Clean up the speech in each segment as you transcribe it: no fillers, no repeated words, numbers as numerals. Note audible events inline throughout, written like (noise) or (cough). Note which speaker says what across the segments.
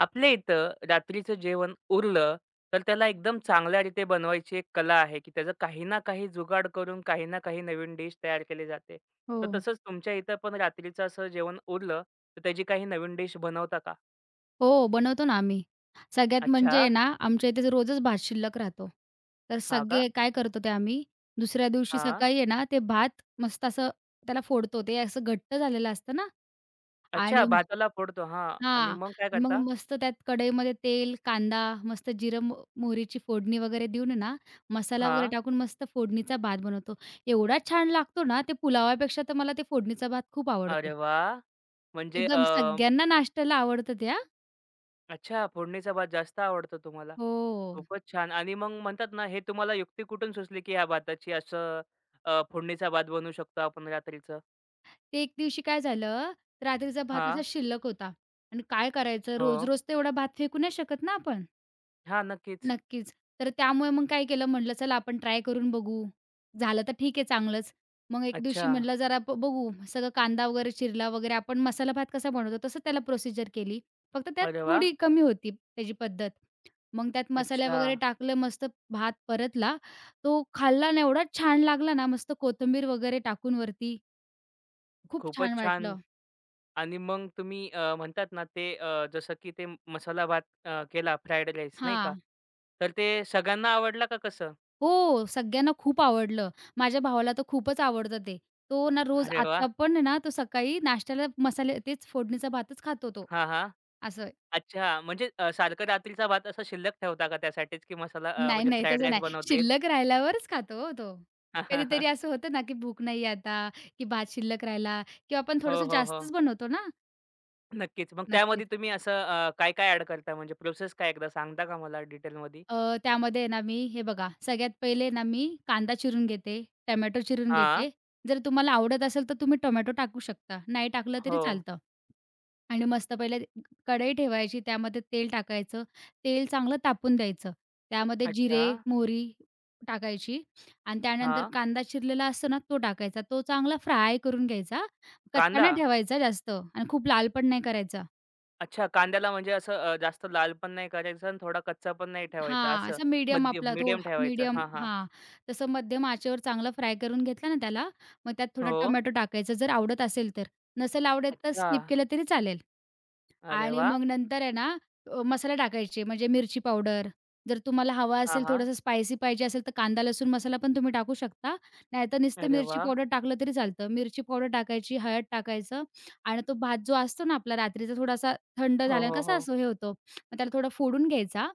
Speaker 1: आपल्या इथं रात्रीचं जेवण उरलं, तर त्याला एकदम चांगल्या रीते बनवायची एक कला आहे, की त्याचं काही ना काही जुगाड करून काही ना काही नवीन डिश तयार केली जाते.
Speaker 2: हो.
Speaker 1: तर तसंच तुमच्या इथं पण रात्रीचं असं जेवण उरलं, तर त्याची काही नवीन डिश बनवता का?
Speaker 2: हो, बनवतो ना आम्ही. सगळ्यात
Speaker 1: अच्छा,
Speaker 2: म्हणजे आहे ना, आमच्या इथे रोजच भात शिल्लक राहतो. तर
Speaker 1: हां का?
Speaker 2: सगळे काय करतो ते आम्ही, दुसऱ्या दिवशी
Speaker 1: हां.
Speaker 2: सकाळी आहे ना, ते भात मस्त असं त्याला फोडतो. ते असं घट्ट झालेलं असतं ना
Speaker 1: अच्छा
Speaker 2: आणि
Speaker 1: भाताला फोडतो. हां आणि
Speaker 2: हां.
Speaker 1: मग काय
Speaker 2: मग
Speaker 1: करता?
Speaker 2: मस्त त्यात कढईमध्ये तेल, कांदा, मस्त जिरं, मोहरीची फोडणी वगैरे देऊन आहे ना, मसाला वगैरे
Speaker 1: हां.
Speaker 2: टाकून मस्त फोडणीचा भात बनवतो. एवढा छान लागतो ना, ते पुलावापेक्षा तर मला ते फोडणीचा भात खूप
Speaker 1: अरे
Speaker 2: आवडतो.
Speaker 1: वाह! म्हणजे
Speaker 2: एकदम सगळ्यांना नाश्त्याला आवडतं ते
Speaker 1: अच्छा, फोडणीचा भात जास्त आवडतो तुम्हाला.
Speaker 2: हो.
Speaker 1: खूपच छान आणि मग म्हणतात ना, हे तुम्हाला युक्ती कुठून सुचली, की ह्या भाताची असं फोडणीचा भात बनवू शकतो आपण रात्रीचं?
Speaker 2: ते एक दिवशी काय झालं, रात्रीचा भात असा
Speaker 1: हां,
Speaker 2: शिल्लक होता आणि काय करायचं
Speaker 1: हो.
Speaker 2: रोज-रोज तर एवढा भात फेकू नाही शकत ना आपण.
Speaker 1: हां, नक्कीच.
Speaker 2: नक्कीच. तर त्यामुळे मग काय केलं म्हटलं चला आपण ट्राय करून बघू. झालं तर ठीक आहे चांगलंच. मग एक
Speaker 1: अच्छा.
Speaker 2: दिवशी म्हटलं जरा बघू सगळं कांदा वगैरे चिरला वगैरे आपण मसाला भात कसा बनवतो तसं त्याला प्रोसिजर केली. फक्त त्यात
Speaker 1: अरे वाह!
Speaker 2: थोडी कमी होती त्याची पद्धत. मग त्यात मसाले
Speaker 1: अच्छा,
Speaker 2: वगैरे टाकले मस्त भात परतला. तो खाल्ला ना एवढा छान लागला ना मस्त कोथिंबीर वगैरे टाकून वरती खूप छान
Speaker 1: खूपच छान.
Speaker 2: वाटलं.
Speaker 1: आणि मग तुम्ही म्हणतात ना, ते जसं की ते मसाला भात केला फ्राईड राईस नाही का,
Speaker 2: हां.
Speaker 1: तर ते सगळ्यांना आवडला का कसं?
Speaker 2: हो, सगळ्यांना खूप आवडलं. माझ्या भावाला तर खूपच आवडतं ते. तो ना रोज
Speaker 1: अरे वाह!
Speaker 2: आत्ता पण आहे ना, तो सकाळी नाश्त्याला मसाले तेच फोडणीचा भातच खातो तो.
Speaker 1: हां, हां.
Speaker 2: असं
Speaker 1: अच्छा, म्हणजे सारखं रात्रीचा भात असा शिल्लक ठेवता का त्यासाठीच, की मसाला
Speaker 2: नाही,
Speaker 1: म्हणजे
Speaker 2: नाही
Speaker 1: फ्राईड
Speaker 2: तसं
Speaker 1: राईस
Speaker 2: नाही.
Speaker 1: बनवता येईल?
Speaker 2: शिल्लक राहिल्यावरच खातो हो तो. कधीतरी
Speaker 1: (laughs)
Speaker 2: असं होतं ना, की भूक नाही आता, की भात शिल्लक राहिला किंवा आपण
Speaker 1: हो,
Speaker 2: थोडंसं
Speaker 1: हो, हो.
Speaker 2: जास्तच बनवतो ना.
Speaker 1: नक्कीच. मग त्यामध्ये
Speaker 2: नक्कीच.
Speaker 1: तुम्ही असं काय-काय ॲड करता म्हणजे प्रोसेस काय एकदा सांगता का मला डिटेलमध्ये?
Speaker 2: अ, त्यामध्ये आहे ना मी हे बघा, सगळ्यात पहिले ना मी कांदा चिरून घेते, टोमॅटो चिरून
Speaker 1: हां.
Speaker 2: घेते. जर तुम्हाला आवडत असेल, तर तुम्ही टोमॅटो टाकू शकता. नाही टाकलं तरी
Speaker 1: हो.
Speaker 2: चालतं. आणि मस्त पहिले कढई ठेवायची, त्यामध्ये तेल टाकायचं. तेल चांगलं तापून द्यायचं. त्यामध्ये
Speaker 1: अच्छा.
Speaker 2: जिरे, मोहरी टाकायची आणि त्यानंतर
Speaker 1: हां.
Speaker 2: कांदा चिरलेला असतो ना, तो टाकायचा. तो चांगला फ्राय करून घ्यायचा. कच्चा
Speaker 1: कांदा?
Speaker 2: नाही ठेवायचा जास्त आणि खूप लाल पण नाही करायचा.
Speaker 1: अच्छा कांद्याला म्हणजे असं जास्त लाल पण नाही करायचं आणि थोडा कच्चा पण नाही ठेवायचा
Speaker 2: हां,
Speaker 1: असं.
Speaker 2: असा मीडियम
Speaker 1: मध्यम,
Speaker 2: आपला थो
Speaker 1: मीडियम ठेवायचं.
Speaker 2: मीडियम
Speaker 1: हां, हां.
Speaker 2: हां, तसं मध्यम आचेवर चांगला फ्राय करून घेतला ना त्याला, मग त्यात थोडं
Speaker 1: हो.
Speaker 2: टोमॅटो टाकायचं जर आवडत असेल तर. नसेल आवडत तर
Speaker 1: अच्छा.
Speaker 2: स्किप केलं तरी चालेल.
Speaker 1: अरे
Speaker 2: आणि
Speaker 1: वाह!
Speaker 2: मग नंतर आहे ना मसाले टाकायचे म्हणजे मिरची पावडर, जर तुम्हाला हवा
Speaker 1: हां,
Speaker 2: असेल
Speaker 1: हां.
Speaker 2: थोडंसं स्पायसी पाहिजे असेल तर कांदा, लसूण मसाला पण तुम्ही टाकू शकता. नाहीतर नुसतं
Speaker 1: अरे
Speaker 2: मिरची
Speaker 1: वाह!
Speaker 2: पावडर टाकलं तरी चालतं. मिरची पावडर टाकायची, हळद टाकायचं आणि तो भात जो असतो ना आपला रात्रीचा थोडासा थंड
Speaker 1: हो,
Speaker 2: झाल्याने
Speaker 1: हो,
Speaker 2: कसा
Speaker 1: हो.
Speaker 2: असं हे होतो, मग त्याला थोडा फोडून घ्यायचा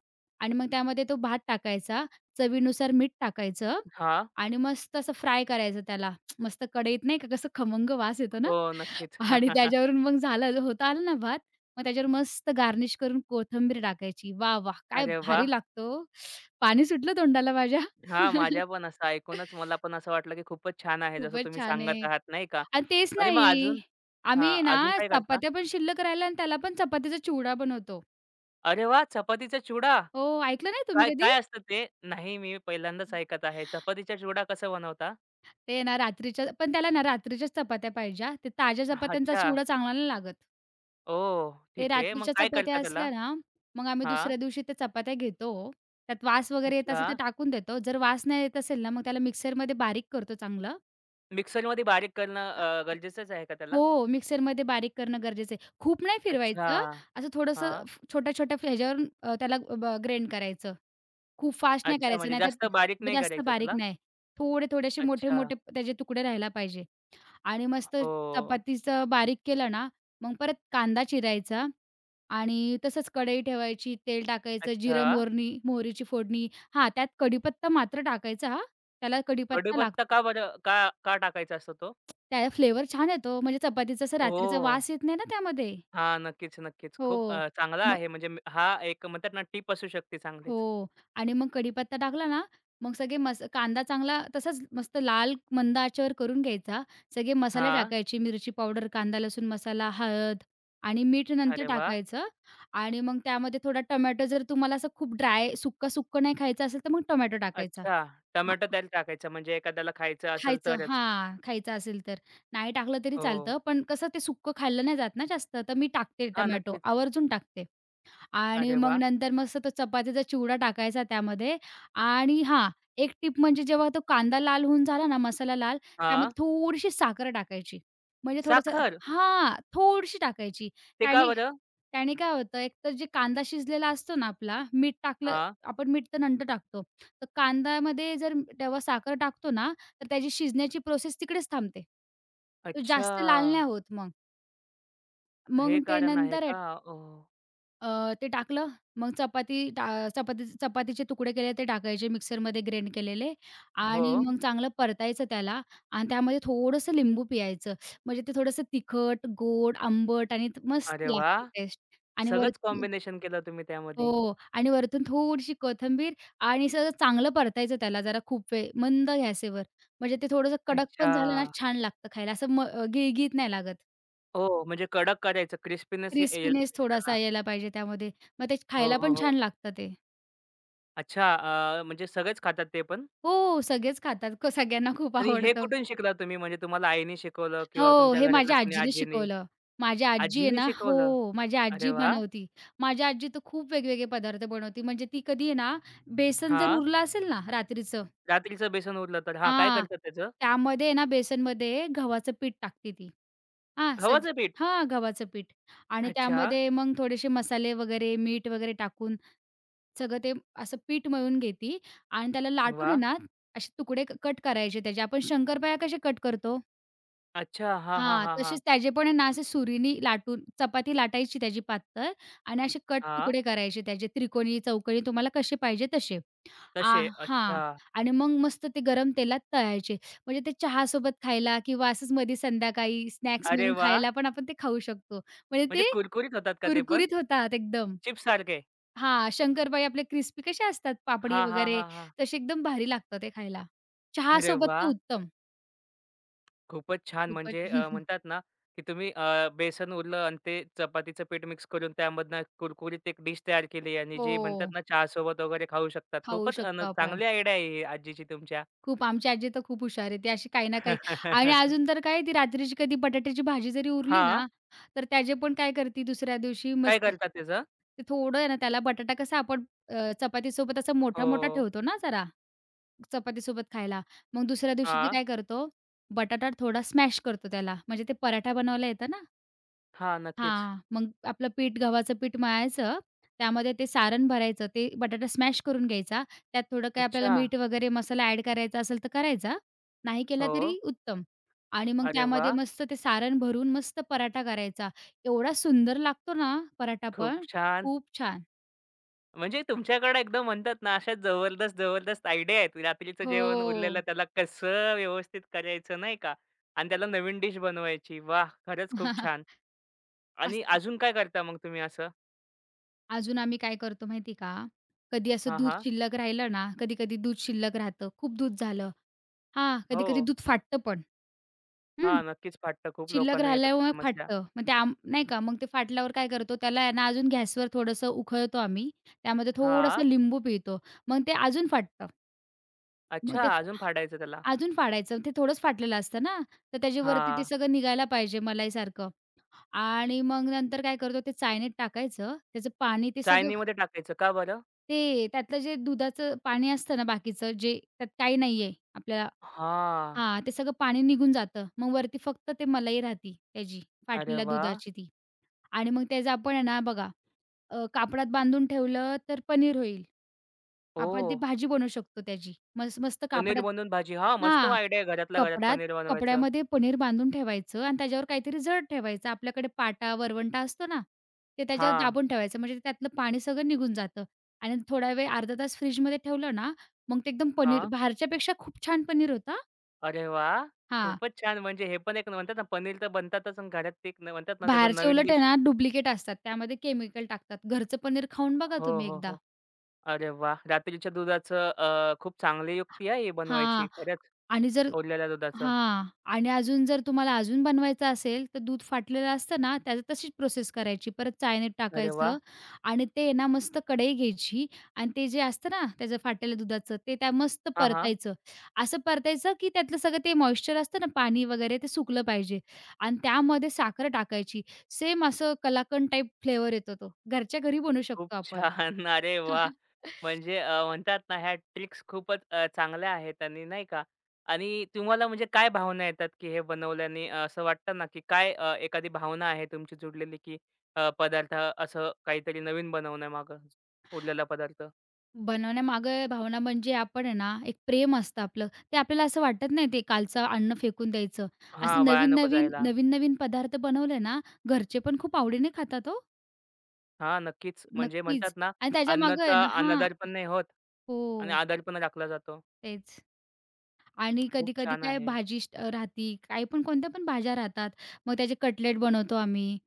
Speaker 2: आणि मग त्यामध्ये तो भात टाकायचा, चवीनुसार मीठ टाकायचं
Speaker 1: हां.
Speaker 2: आणि मस्त असं फ्राय करायचं त्याला. (tsk) मस्त कढईत नाही का कसं खमंग वास येतो ना
Speaker 1: हो,
Speaker 2: (laughs)
Speaker 1: नक्कीच.
Speaker 2: आणि
Speaker 1: (laughs)
Speaker 2: त्याच्यावरून मग झालं होतं आलं ना भात मग त्याच्यावर मस्त गार्निश करून कोथिंबीर टाकायची. वाह! वाह! काय
Speaker 1: अरे वाह!
Speaker 2: भारी लागतो, ओ. पाणी सुटलं तोंडाला माझ्या.
Speaker 1: हां, माझ्या पण असं ऐकूनच मला पण असं वाटलं, की खूपच छान आहे, जसं
Speaker 2: खूपच
Speaker 1: तुम्ही
Speaker 2: छान
Speaker 1: सांगत
Speaker 2: आहे.
Speaker 1: आहात, नाही का?
Speaker 2: आणि तेच
Speaker 1: आणि मग
Speaker 2: नाही,
Speaker 1: अजून
Speaker 2: आम्ही
Speaker 1: हां,
Speaker 2: आहे ना
Speaker 1: अजून काय करता?
Speaker 2: चपात्या पण शिल्लक राहिल्या आणि त्याला पण चपातीचा चिवडा बनवतो.
Speaker 1: अरे वाह! चपातीचा चुड़ा
Speaker 2: हो, ऐकलं नाही तुम्ही
Speaker 1: काय
Speaker 2: कधी?
Speaker 1: काय असतं ते? नाही, मी पहिल्यांदाच ऐकत आहे. चपातीचा चिवडा कसा बनवता?
Speaker 2: ते ना रात्रीच्या पण त्याला ना रात्रीच्याच चपात्या पाहिजे हां. ते ताज्या चपात्यांचा
Speaker 1: अच्छा.
Speaker 2: चिवडा चांगला नाही लागत.
Speaker 1: ओ,
Speaker 2: ते
Speaker 1: ठीक आहे. मग
Speaker 2: रात्रीच्या
Speaker 1: काय करता
Speaker 2: चपात्या
Speaker 1: त्याला?
Speaker 2: असल्या ना, मग आम्ही
Speaker 1: हां.
Speaker 2: दुसऱ्या दिवशी त्या चपात्या घेतो. त्यात वास वगैरे येत
Speaker 1: अच्छा.
Speaker 2: असेल तर टाकून देतो. जर वास नाही येत असेल ना, मग त्याला मिक्सरमध्ये बारीक करतो चांगलं.
Speaker 1: मिक्सरमध्ये बारीक करणं
Speaker 2: आ
Speaker 1: गरजेचंच आहे का त्याला?
Speaker 2: हो, मिक्सरमध्ये बारीक करणं गरजेचं आहे. खूप नाही
Speaker 1: अच्छा.
Speaker 2: फिरवायचं, असं थोडंसं
Speaker 1: हां.
Speaker 2: फ छोट्या-छोट्या ह्याच्यावरून त्याला ग्रेंड करायचं. खूप फास्ट नाही
Speaker 1: अच्छा,
Speaker 2: करायचं,
Speaker 1: म्हणजे जास्त बारीक
Speaker 2: नाहीतर
Speaker 1: नाही
Speaker 2: जास्त
Speaker 1: करायचं
Speaker 2: बारीक
Speaker 1: त्याला?
Speaker 2: नाही. थोडे-थोडे
Speaker 1: अच्छा.
Speaker 2: मोठे-मोठे त्याचे तुकडे राहायला पाहिजे. आणि मस्त
Speaker 1: हो.
Speaker 2: चपातीचं बारीक केलं ना, मग परत कांदा चिरायचा आणि तसंच कढई ठेवायची, तेल टाकायचं,
Speaker 1: अच्छा.
Speaker 2: जिरं, मोहरीची फोडणी हां, त्यात कढीपत्ता मात्र टाकायचा हां. त्याला कढीपत्ता
Speaker 1: कढीपत्ता
Speaker 2: लागतो.
Speaker 1: का बरं का का टाकायचा असतो तो?
Speaker 2: त्याला फ्लेवर छान येतो. म्हणजे चपातीचा असं रात्रीचा
Speaker 1: ओह!
Speaker 2: वास येत नाही ना त्यामध्ये.
Speaker 1: हां, नक्कीच, नक्कीच. खूप
Speaker 2: हो.
Speaker 1: चांगला
Speaker 2: मग
Speaker 1: आहे म्हणजे मी हा एक म्हणतात ना टिप असू शकते चांगलीच.
Speaker 2: हो. आणि मग कढीपत्ता टाकला ना, मग सगळे कांदा चांगला तसाच मस्त लाल मंद आचेवर करून घ्यायचा. सगळे मसाले
Speaker 1: हां,
Speaker 2: टाकायचे, मिरची पावडर, कांदा, लसूण मसाला, हळद आणि मीठ नंतर
Speaker 1: अरे वाह!
Speaker 2: टाकायचं आणि मग त्यामध्ये थोडा टोमॅटो जर तुम्हाला असं खूप ड्राय सुक्का-सुक्कं नाही खायचं असेल, तर मग टोमॅटो टाकायचा.
Speaker 1: अच्छा, टोमॅटो
Speaker 2: हां,
Speaker 1: त्याला टाकायचा म्हणजे एखाद्याला खायचं असेल
Speaker 2: खायचं
Speaker 1: तरच.
Speaker 2: हां, खायचं असेल तर. नाही टाकलं तरी
Speaker 1: हो.
Speaker 2: चालतं, पण कसं ते सुक्कं खाल्लं नाही जात ना जास्त, तर मी टाकते
Speaker 1: हां,
Speaker 2: टोमॅटो
Speaker 1: नक्कीच.
Speaker 2: आवर्जून टाकते. आणि
Speaker 1: अरे
Speaker 2: मग
Speaker 1: वाह!
Speaker 2: नंतर मस्त तो चपातीचा चिवडा टाकायचा त्यामध्ये आणि हां, एक टिप म्हणजे जेव्हा तो कांदा लाल होऊन झाला ना, मसाला लाल, त्यामध्ये
Speaker 1: हां.
Speaker 2: थोडीशी साखर टाकायची. म्हणजे थोडंसं
Speaker 1: साखर,
Speaker 2: हां, थोडीशी टाकायची.
Speaker 1: ते का
Speaker 2: त्याने
Speaker 1: बरं?
Speaker 2: त्याने काय होतं, एकतर जे कांदा शिजलेला असतो ना आपला, मीठ टाकलं
Speaker 1: हां.
Speaker 2: आपण मीठ तर नंतर टाकतो. तर कांद्यामध्ये जर तेव्हा साखर टाकतो ना, तर त्याची शिजण्याची प्रोसेस तिकडेच थांबते. तो
Speaker 1: अच्छा,
Speaker 2: जास्त लाल नाही होत मग.
Speaker 1: हे
Speaker 2: मग ते
Speaker 1: कारण आहे
Speaker 2: नंतर आहे
Speaker 1: का? ओह!
Speaker 2: ते टाकलं, मग चपाती टा चपाती चपातीचे तुकडे केले ते टाकायचे मिक्सरमध्ये ग्राइंड केलेले
Speaker 1: हो.
Speaker 2: आणि मग चांगलं परतायचं त्याला आणि त्यामध्ये थोडंसं लिंबू पिळायचं. म्हणजे ते थोडंसं तिखट, गोड, आंबट आणि मस्त
Speaker 1: अरे वाह!
Speaker 2: लागते टेस्ट. आणि
Speaker 1: सगळंच
Speaker 2: वरती
Speaker 1: कॉम्बिनेशन केलं तुम्ही त्यामध्ये.
Speaker 2: हो आणि वरतून थोडीशी कोथिंबीर आणि सगळं चांगलं परतायचं त्याला जरा खूप वेळ मंद गॅसवर. म्हणजे ते थोडंसं कडक पण झालं ना
Speaker 1: अच्छा.
Speaker 2: छान लागतं खायला. असं गिळगिळीत नाही लागत.
Speaker 1: ओह! म्हणजे कडक करायचं क्रिस्पीनेस येईल
Speaker 2: क्रिस्पीनेस
Speaker 1: त्याला.
Speaker 2: थोडासा यायला पाहिजे त्यामध्ये. मग ते
Speaker 1: हो,
Speaker 2: खायला
Speaker 1: हो,
Speaker 2: पण
Speaker 1: हो.
Speaker 2: छान लागतं ते.
Speaker 1: अच्छा म्हणजे सगळेच खातात ते पण?
Speaker 2: हो, सगळेच खातात. सगळ्यांना खूप
Speaker 1: आणि हे
Speaker 2: आवडतं.
Speaker 1: कुठून शिकला तुम्ही? म्हणजे तुम्हाला आईने शिकवलं किंवा
Speaker 2: हो,
Speaker 1: तुमच्या
Speaker 2: हे
Speaker 1: घरातल्या
Speaker 2: माझ्या
Speaker 1: कुणी
Speaker 2: आजीने
Speaker 1: आजीनी?
Speaker 2: शिकवलं. माझी आजी आहे
Speaker 1: आजीने
Speaker 2: ना
Speaker 1: शिकवलं.
Speaker 2: हो, माझी
Speaker 1: अरे
Speaker 2: आजी
Speaker 1: वाह!
Speaker 2: बनवती. माझी आजी तर खूप वेगवेगळे पदार्थ बनवते. म्हणजे ती कधी आहे ना, बेसन जर
Speaker 1: हां.
Speaker 2: उरलं असेल ना रात्रीचं
Speaker 1: रात्रीचं बेसन उरलं तर हां, काय
Speaker 2: हां,
Speaker 1: करतात त्याचं?
Speaker 2: त्यामध्ये आहे ना बेसनमध्ये गव्हाचं पीठ टाकते ती. हां,
Speaker 1: गव्हाचं पीठ.
Speaker 2: हां, गव्हाचं पीठ आणि
Speaker 1: अच्छा.
Speaker 2: त्यामध्ये मग थोडेसे मसाले वगैरे, मीठ वगैरे टाकून सगळं ते असं पीठ मळून घेती आणि त्याला लाटून
Speaker 1: वा,
Speaker 2: आहे ना, असे तुकडे कट करायचे त्याचे. आपण शंकरपाळ्या कसे कट करतो?
Speaker 1: अच्छा. हां, हां,
Speaker 2: हां,
Speaker 1: हां, हां.
Speaker 2: तसेच त्याचे पण आहे ना, असे सुरीनी लाटून चपाती लाटायची त्याची पातळ आणि असे कट
Speaker 1: हां.
Speaker 2: तुकडे करायचे त्याचे त्रिकोणी, चौकोनी तुम्हाला कसे पाहिजे तसे. आ
Speaker 1: तसे.
Speaker 2: हां.
Speaker 1: अच्छा.
Speaker 2: आणि मग मस्त ते गरम तेलात तळायचे. म्हणजे ते चहासोबत खायला किंवा असंच मध्ये संध्याकाळी स्नॅक्स
Speaker 1: अरे
Speaker 2: म्हणून
Speaker 1: वाह!
Speaker 2: खायला पण आपण ते खाऊ शकतो. म्हणजे
Speaker 1: म्हणजे
Speaker 2: ते
Speaker 1: कुरकुरीत होतात का ते पण?
Speaker 2: कुरकुरीत होतात एकदम.
Speaker 1: चिप्ससारखे?
Speaker 2: हां, शंकरपाळी आपले क्रिस्पी कसे असतात पापडी
Speaker 1: हां, हां,
Speaker 2: वगैरे
Speaker 1: हां, हां.
Speaker 2: तसे एकदम भारी लागतं ते खायला.
Speaker 1: अरे
Speaker 2: चहासोबत तर
Speaker 1: वाह!
Speaker 2: उत्तम
Speaker 1: खूपच छान!
Speaker 2: खूपच.
Speaker 1: म्हणजे
Speaker 2: (laughs)
Speaker 1: म्हणतात ना, की तुम्ही बेसन उरलं आणि ते चपातीचं पीठ मिक्स करून त्यामधनं कुरकुरीत एक डिश तयार केली आणि जी म्हणतात
Speaker 2: हो,
Speaker 1: ना, चहासोबत वगैरे खाऊ शकतात.
Speaker 2: खाऊ
Speaker 1: खूपच अन
Speaker 2: शकतो आपण.
Speaker 1: चांगली आयडिया आहे ही आजीची तुमच्या.
Speaker 2: खूप. आमची आजी तर खूप हुशार आहे. ती अशी काही ना काही आणि
Speaker 1: (laughs)
Speaker 2: अजून तर काय ती रात्रीची कधी बटाट्याची भाजी जरी उरली
Speaker 1: हां.
Speaker 2: ना, तर त्याचे पण काय करते दुसऱ्या दिवशी
Speaker 1: काय
Speaker 2: मस्त
Speaker 1: करतात त्याचं?
Speaker 2: ते थोडं आहे ना त्याला बटाटा कसा आपण चपातीसोबत असा मोठा-मोठा
Speaker 1: हो.
Speaker 2: ठेवतो ना जरा, चपातीसोबत खायला. मग दुसऱ्या दिवशी ती
Speaker 1: हां.
Speaker 2: काय करतो, बटाटा थोडा स्मॅश करतो त्याला. म्हणजे ते पराठा बनवायला येतं ना.
Speaker 1: हां. नक्कीच.
Speaker 2: हां, मग आपलं पीठ गव्हाचं पीठ मळायचं, त्यामध्ये ते सारण भरायचं, ते बटाटा स्मॅश करून घ्यायचा. त्यात थोडं काही आपल्याला
Speaker 1: अच्छा.
Speaker 2: मीठ वगैरे मसाला ॲड करायचा असेल तर करायचा, नाही केला
Speaker 1: हो.
Speaker 2: तरी उत्तम. आणि मग
Speaker 1: अरे
Speaker 2: त्यामध्ये
Speaker 1: वाह!
Speaker 2: मस्त ते सारण भरून मस्त पराठा करायचा. एवढा सुंदर लागतो ना पराठा पण,
Speaker 1: खूप छान.
Speaker 2: खूप छान.
Speaker 1: म्हणजे तुमच्याकडे एकदम म्हणतात ना, अशा जबरदस्त, जबरदस्त आयडिया आहेत. रात्रीचं
Speaker 2: हो.
Speaker 1: जेवण उरलेलं त्याला कसं व्यवस्थित करायचं नाही का? आणि त्याला नवीन डिश बनवायची. वाह! खरंच खूप छान.
Speaker 2: (laughs)
Speaker 1: आणि
Speaker 2: असं
Speaker 1: अजून काय करता मग तुम्ही असं?
Speaker 2: अजून आम्ही काय करतो माहिती का? कधी असं
Speaker 1: हां,
Speaker 2: दूध
Speaker 1: हां.
Speaker 2: शिल्लक राहिलं ना, कधी-कधी दूध शिल्लक राहतं, खूप दूध झालं हां,
Speaker 1: हो.
Speaker 2: कधी-कधी दूध फाटतं पण. हं.
Speaker 1: हां, नक्कीच फाटतं. खूप
Speaker 2: शिल्लक
Speaker 1: लोकांना येतात त्या
Speaker 2: राहिल्यामुळे
Speaker 1: समस्या.
Speaker 2: फाटतं. मग ते आम नाही का, मग ते फाटल्यावर काय करतो त्याला आहे ना अजून गॅसवर थोडंसं उखळतो आम्ही. त्यामध्ये
Speaker 1: हां.
Speaker 2: थोडंसं लिंबू पिळतो. मग ते अजून फाटतं. मग
Speaker 1: अच्छा,
Speaker 2: ते
Speaker 1: अजून
Speaker 2: फा-
Speaker 1: फाडायचं त्याला.
Speaker 2: अजून फाडायचं. ते थोडंच फाटलेलं असतं ना, तर त्याच्यावरती ते
Speaker 1: हां.
Speaker 2: सगळं निघायला पाहिजे मलाईसारखं. आणि मग नंतर काय करतो ते चाळणीत टाकायचं. त्याचं पाणी ते सगळं
Speaker 1: चाळणीमध्ये टाकायचं. का बरं?
Speaker 2: ते त्यातलं जे दुधाचं पाणी असतं ना बाकीचं जे त्यात काही नाहीये आपल्याला
Speaker 1: हां.
Speaker 2: हां, ते सगळं पाणी निघून जातं. मग वरती फक्त ते मलाई राहती त्याची
Speaker 1: अरे
Speaker 2: फाटलेल्या
Speaker 1: वाह!
Speaker 2: दुधाची ती. आणि मग त्याचं आपण आहे ना बघा कापडात बांधून ठेवलं तर पनीर होईल. आपण
Speaker 1: ओह!
Speaker 2: ती भाजी बनवू शकतो त्याची. मस्त मस्त
Speaker 1: पनीर
Speaker 2: कापडात
Speaker 1: बनवून भाजी. हां, मस्त
Speaker 2: हां.
Speaker 1: आयडिया आहे. घरातल्या घरात
Speaker 2: कपडात
Speaker 1: पनीर बनवायचं.
Speaker 2: कपड्यामध्ये पनीर बांधून ठेवायचं आणि त्याच्यावर काहीतरी जड ठेवायचं. आपल्याकडे पाटा, वरवंटा असतो ना, ते त्याच्यावर
Speaker 1: हां,
Speaker 2: दाबून ठेवायचं. म्हणजे त्यातलं पाणी सगळं निघून जातं आणि थोडा वेळ अर्धा तास फ्रिजमध्ये ठेवलं ना, मग ते एकदम पनीर
Speaker 1: हां.
Speaker 2: बाहेरच्यापेक्षा खूप छान पनीर होतं हां.
Speaker 1: अरे वाह!
Speaker 2: हां.
Speaker 1: खूपच छान. म्हणजे हे पण एक म्हणतात ना, पनीर तर बनतातच आणि घरात ते एक म्हणतात ना, त्याचं
Speaker 2: बाहेरचे
Speaker 1: नवीन
Speaker 2: उलट आहे
Speaker 1: डिश
Speaker 2: ना डुप्लिकेट असतात. त्यामध्ये केमिकल टाकतात. घरचं पनीर खाऊन बघा
Speaker 1: हो,
Speaker 2: तुम्ही
Speaker 1: हो,
Speaker 2: एकदा.
Speaker 1: हो. अरे वाह! रात्रीच्या दुधाचं खूप चांगली युक्ती आहे ही बनवायची.
Speaker 2: हां.
Speaker 1: खरंच.
Speaker 2: आणि जर
Speaker 1: उरलेल्या दुधाचं.
Speaker 2: हां. आणि अजून जर तुम्हाला अजून बनवायचं असेल, तर दूध फाटलेलं असतं ना, त्याची तशीच प्रोसेस करायची. परत चाळणीत
Speaker 1: अरे
Speaker 2: टाकायचं
Speaker 1: वाह!
Speaker 2: आणि ते आहे ना मस्त कढई घ्यायची आणि ते जे असतं ना त्याचं फाटलेलं दुधाचं, ते त्या मस्त
Speaker 1: हां, हां.
Speaker 2: परतायचं. असं परतायचं, की त्यातलं सगळं ते मॉइश्चर असतं ना, पाणी वगैरे ते सुकलं पाहिजे आणि त्यामध्ये साखर टाकायची. सेम असं कलाकंद टाइप फ्लेवर येतो तो. घरच्या घरी बनवू
Speaker 1: खूप
Speaker 2: शकतो आपण.
Speaker 1: छान. (laughs) अरे वाह!
Speaker 2: (laughs)
Speaker 1: म्हणजे म्हणतात ना ह्या ट्रिक्स खूपच चांगल्या आहेत आणि नाही का? आणि तुम्हाला म्हणजे काय भावना येतात, की हे बनवल्याने असं वाटतं ना, की काय एखादी भावना आहे तुमची जुडलेली, की पदार्थ असं काहीतरी नवीन बनवण्यामागं उरलेला पदार्थ?
Speaker 2: बनवण्यामागे भावना म्हणजे आपण आहे ना, एक प्रेम असतं आपलं. ते आपल्याला असं वाटत नाही ते कालचं अन्न फेकून द्यायचं.
Speaker 1: हां,
Speaker 2: असं
Speaker 1: वाया नको
Speaker 2: नवीन-नवीन,
Speaker 1: जायला.
Speaker 2: नवीन-नवीन पदार्थ बनवले ना, घरचे पण खूप आवडीने खातात हो.
Speaker 1: हां, नक्कीच. म्हणजे
Speaker 2: नक्कीच.
Speaker 1: म्हणतात ना,
Speaker 2: आणि त्याच्यामागे आहे
Speaker 1: अन्नाचा
Speaker 2: ना हां.
Speaker 1: अनादर पण नाही होत आणि
Speaker 2: हो,
Speaker 1: आदर पण राखला जातो.
Speaker 2: तेच. आणि
Speaker 1: खूप
Speaker 2: कधी-कधी
Speaker 1: छान
Speaker 2: काय
Speaker 1: आहे.
Speaker 2: भाजी राहती, काही पण कोणत्या पण भाज्या राहतात. मग त्याचे कटलेट बनवतो आम्ही.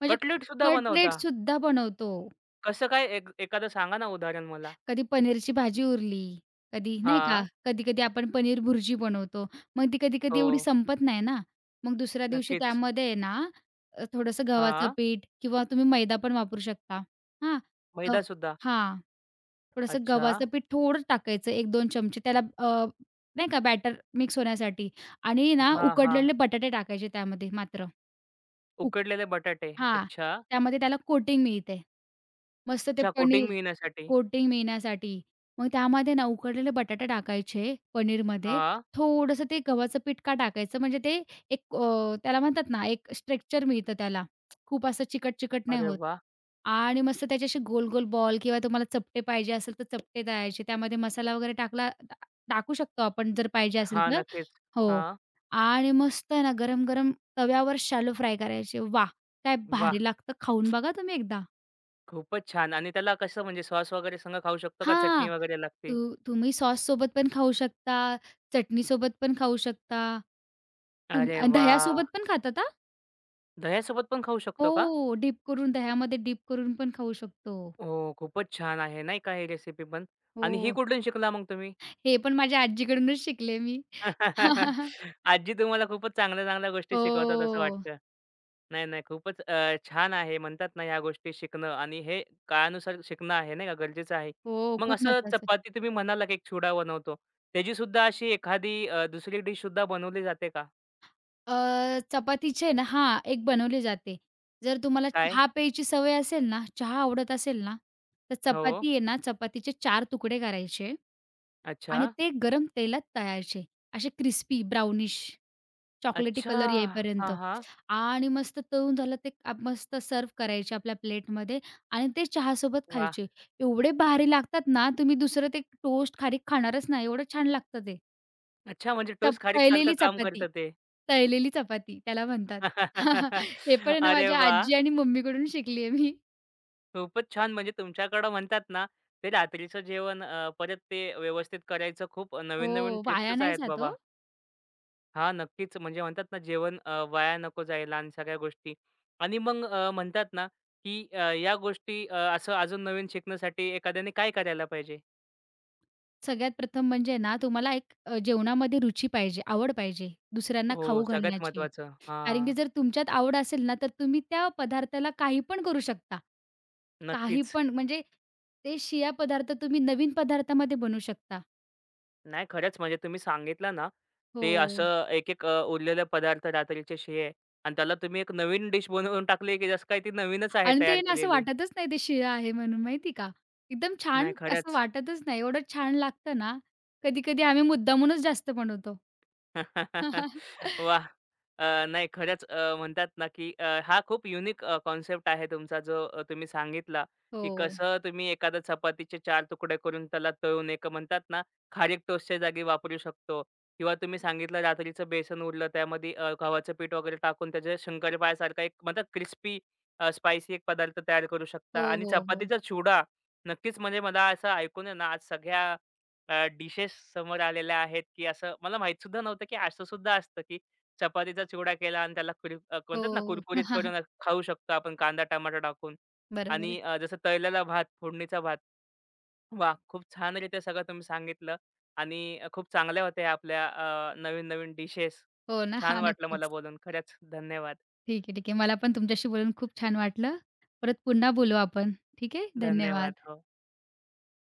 Speaker 2: म्हणजे
Speaker 1: कटलेट सुद्धा बनवता.
Speaker 2: कटलेटसुद्धा बनवतो.
Speaker 1: कसं काय? एक एखादं सांगा ना उदाहरण मला?
Speaker 2: कधी पनीरची भाजी उरली, कधी नाही का,
Speaker 1: हां.
Speaker 2: कधी-कधी आपण पनीर भुर्जी बनवतो. मग ती कधी-कधी
Speaker 1: हो.
Speaker 2: एवढी संपत नाही ना. मग दुसऱ्या दिवशी
Speaker 1: नक्कीच.
Speaker 2: त्यामध्ये आहे ना, थोडंसं गव्हाचं
Speaker 1: हां.
Speaker 2: पीठ किंवा तुम्ही मैदा पण वापरू शकता. हां. अ,
Speaker 1: मैदा सुद्धा,
Speaker 2: हां. थोडंसं
Speaker 1: अच्छा.
Speaker 2: गव्हाचं पीठ थोडं टाकायचं 1-2 चमचे त्याला नाही का बॅटर मिक्स होण्यासाठी आणि ना
Speaker 1: हां, हां.
Speaker 2: उकडलेले बटाटे टाकायचे त्यामध्ये मात्र. उक
Speaker 1: उकडलेले बटाटे.
Speaker 2: हां.
Speaker 1: अच्छा.
Speaker 2: त्यामध्ये त्याला कोटिंग मिळते. मस्त ते
Speaker 1: अच्छा कोटिंग
Speaker 2: पनीर
Speaker 1: मिळण्यासाठी.
Speaker 2: कोटिंग येण्यासाठी. मग त्यामध्ये ना उकडलेले बटाटे टाकायचे पनीरमध्ये.
Speaker 1: हां.
Speaker 2: थोडंसं ते गव्हाचं पीठ का टाकायचं म्हणजे ते एक त्याला म्हणतात ना एक स्ट्रेक्चर मिळतं त्याला. खूप असं चिकट-चिकट नाही
Speaker 1: अरे
Speaker 2: होत.
Speaker 1: वाह!
Speaker 2: आणि मस्त त्याचे गोल-गोल बॉल किंवा तुम्हाला चपटे पाहिजे असेल तर चपटे तळायचे. त्यामध्ये मसाला वगैरे टाकू शकतो आपण जर पाहिजे असेल
Speaker 1: हां,
Speaker 2: तर.
Speaker 1: नक्कीच.
Speaker 2: हो.
Speaker 1: हां.
Speaker 2: आणि मस्त ना गरम-गरम तव्यावर शॅलो फ्राय करायचे. वाह! काय
Speaker 1: वाह!
Speaker 2: भारी लागतं. खाऊन बघा तुम्ही एकदा.
Speaker 1: खूपच छान आणि त्याला कसं म्हणजे सॉस वगैरे संग खाऊ शकतो का चटणी
Speaker 2: हां.
Speaker 1: वगैरे लागते?
Speaker 2: तुम्ही सॉस सोबत पण खाऊ शकता, चटणीसोबत पण खाऊ शकता. तुम
Speaker 1: अरे वाह!
Speaker 2: दह्यासोबत पण खातात हां.
Speaker 1: दह्यासोबत पण खाऊ शकतो का?
Speaker 2: हो, डीप करून दह्यामध्ये डीप करून पण खाऊ शकतो.
Speaker 1: ओह! खूपच छान आहे नाही का ही रेसिपी पण आणि ही
Speaker 2: हो,
Speaker 1: कुठून शिकला मग तुम्ही?
Speaker 2: हे पण माझ्या आजीकडूनच शिकले मी.
Speaker 1: (laughs)
Speaker 2: (laughs)
Speaker 1: आजी तुम्हाला खूपच चांगल्या-चांगल्या गोष्टी शिकवतात असं
Speaker 2: हो,
Speaker 1: वाटतं. नाही, नाही. खूपच छान आहे. म्हणतात ना ह्या गोष्टी शिकणं आणि हे काळानुसार शिकणं आहे नाही का, गरजेचं आहे.
Speaker 2: हो,
Speaker 1: मग
Speaker 2: खूप
Speaker 1: असं
Speaker 2: महत्वाचं.
Speaker 1: चपाती तुम्ही म्हणाला की एक चिवडा बनवतो. त्याची सुद्धा अशी एखादी दुसरी डिश सुद्धा बनवली जाते का?
Speaker 2: अ, चपातीचे ना हां, एक बनवली जाते. जर तुम्हाला
Speaker 1: काय?
Speaker 2: चहा प्यायची सवय असेल ना, चहा आवडत असेल ना, तर
Speaker 1: हो.
Speaker 2: चपाती आहे ना, चपातीचे 4 तुकडे करायचे
Speaker 1: अच्छा.
Speaker 2: आणि ते गरम तेलात तळायचे. असे क्रिस्पी ब्राउनिश चॉकलेटी
Speaker 1: अच्छा.
Speaker 2: कलर येईपर्यंत
Speaker 1: हां, हां.
Speaker 2: आणि मस्त तळून झालं ते आप मस्त सर्व्ह करायचे आपल्या प्लेटमध्ये आणि ते चहासोबत
Speaker 1: वाह!
Speaker 2: खायचे. एवढे भारी लागतात ना, तुम्ही दुसरं ते टोस्ट खारीक खाणारच नाही, एवढं छान लागतं ते.
Speaker 1: अच्छा म्हणजे टोस्ट खारीकसारखं
Speaker 2: तळलेली
Speaker 1: काम
Speaker 2: चपाती,
Speaker 1: करतं ते.
Speaker 2: तळलेली चपाती त्याला म्हणतात. (laughs) हे पण
Speaker 1: (laughs)
Speaker 2: आहे ना
Speaker 1: अरे
Speaker 2: माझ्या
Speaker 1: वाह!
Speaker 2: आजी आणि मम्मीकडून शिकली आहे मी.
Speaker 1: खूपच छान. म्हणजे तुमच्याकडं म्हणतात ना, ते रात्रीचं जेवण परत ते व्यवस्थित करायचं खूप
Speaker 2: हो,
Speaker 1: नवीन-नवीन
Speaker 2: वाया
Speaker 1: ट्रिक्सच
Speaker 2: नाही
Speaker 1: आहेत
Speaker 2: जात ओ.
Speaker 1: बाबा. हां, नक्कीच. म्हणजे म्हणतात ना, जेवण वाया नको जायला आणि सगळ्या गोष्टी आणि मग म्हणतात ना, की या गोष्टी असं अजून नवीन शिकण्यासाठी एखाद्याने काय करायला पाहिजे?
Speaker 2: सगळ्यात प्रथम म्हणजे ना, तुम्हाला एक जेवणामध्ये रुची पाहिजे, आवड पाहिजे, दुसऱ्यांना
Speaker 1: हो.
Speaker 2: खाऊ
Speaker 1: सगळ्यात
Speaker 2: घालण्याची.
Speaker 1: महत्त्वाचं.
Speaker 2: कारण
Speaker 1: हां,
Speaker 2: की जर तुमच्यात आवड असेल ना, तर तुम्ही त्या पदार्थाला काही पण करू शकता. काही
Speaker 1: नक्कीच.
Speaker 2: पण म्हणजे ते शिळा पदार्थ तुम्ही नवीन पदार्थामध्ये बनवू शकता.
Speaker 1: नाही खरंच म्हणजे तुम्ही सांगितलं ना, ते
Speaker 2: हो.
Speaker 1: असं एक-एक उरलेले पदार्थ रात्रीचे शिळे आणि त्याला तुम्ही एक नवीन डिश बनवून टाकली, की जसं काय ती नवीनच आहे
Speaker 2: आणि
Speaker 1: तयार
Speaker 2: ते ना, असं
Speaker 1: केलेली.
Speaker 2: वाटतच नाही ते शिळं आहे म्हणून माहिती का? एकदम
Speaker 1: नाही
Speaker 2: छान असं
Speaker 1: खरंच.
Speaker 2: वाटतच नाही. एवढं छान लागतं ना, कधी-कधी आम्ही मुद्दामूनच जास्त बनवतो.
Speaker 1: (laughs)
Speaker 2: (laughs)
Speaker 1: वाह! नाही खरंच म्हणतात ना, की हा खूप युनिक कॉन्सेप्ट आहे तुमचा जो तुम्ही सांगितला,
Speaker 2: हो.
Speaker 1: की कसं तुम्ही एखाद्या चपातीचे 4 तुकडे करून त्याला तळून एक म्हणतात ना, खारीक टोस्टच्या जागी वापरू शकतो किंवा तुम्ही सांगितलं रात्रीचं बेसन उरलं त्यामध्ये गव्हाचं पीठ वगैरे टाकून त्याच्या शंकरपाळ्यासारखा एक म्हणतात क्रिस्पी अ, एक पदार्थ तयार करू शकता
Speaker 2: हो,
Speaker 1: आणि
Speaker 2: हो, हो.
Speaker 1: चपातीचा चुडा नक्कीच म्हणजे मला असं ऐकून आहे ना, आज सगळ्या डिशेस समोर आलेल्या आहेत, की असं मला माहीत सुद्धा नव्हतं, की असं सुद्धा असतं, की चपातीचा चिवडा केला आणि त्याला म्हणतात ना
Speaker 2: हो.
Speaker 1: कुरकुरीत करून
Speaker 2: (laughs)
Speaker 1: असं खाऊ शकतो आपण कांदा, टमाटा टाकून
Speaker 2: बरोबर आहे.
Speaker 1: आणि जसं तळलेला भात, फोडणीचा भात. वाह! खूप छानरीत्या सगळं तुम्ही सांगितलं आणि खूप चांगल्या होत्या आपल्या नवीन-नवीन डिशेस.
Speaker 2: हो ना.
Speaker 1: छान
Speaker 2: हां,
Speaker 1: वाटलं मला
Speaker 2: नक्कीच.
Speaker 1: बोलून. खरंच धन्यवाद.
Speaker 2: ठीक आहे, ठीक आहे. मला पण तुमच्याशी बोलून खूप छान वाटलं. परत पुन्हा बोलू आपण. ठीक आहे.
Speaker 1: धन्यवाद.
Speaker 2: धन्यवाद.
Speaker 1: हो.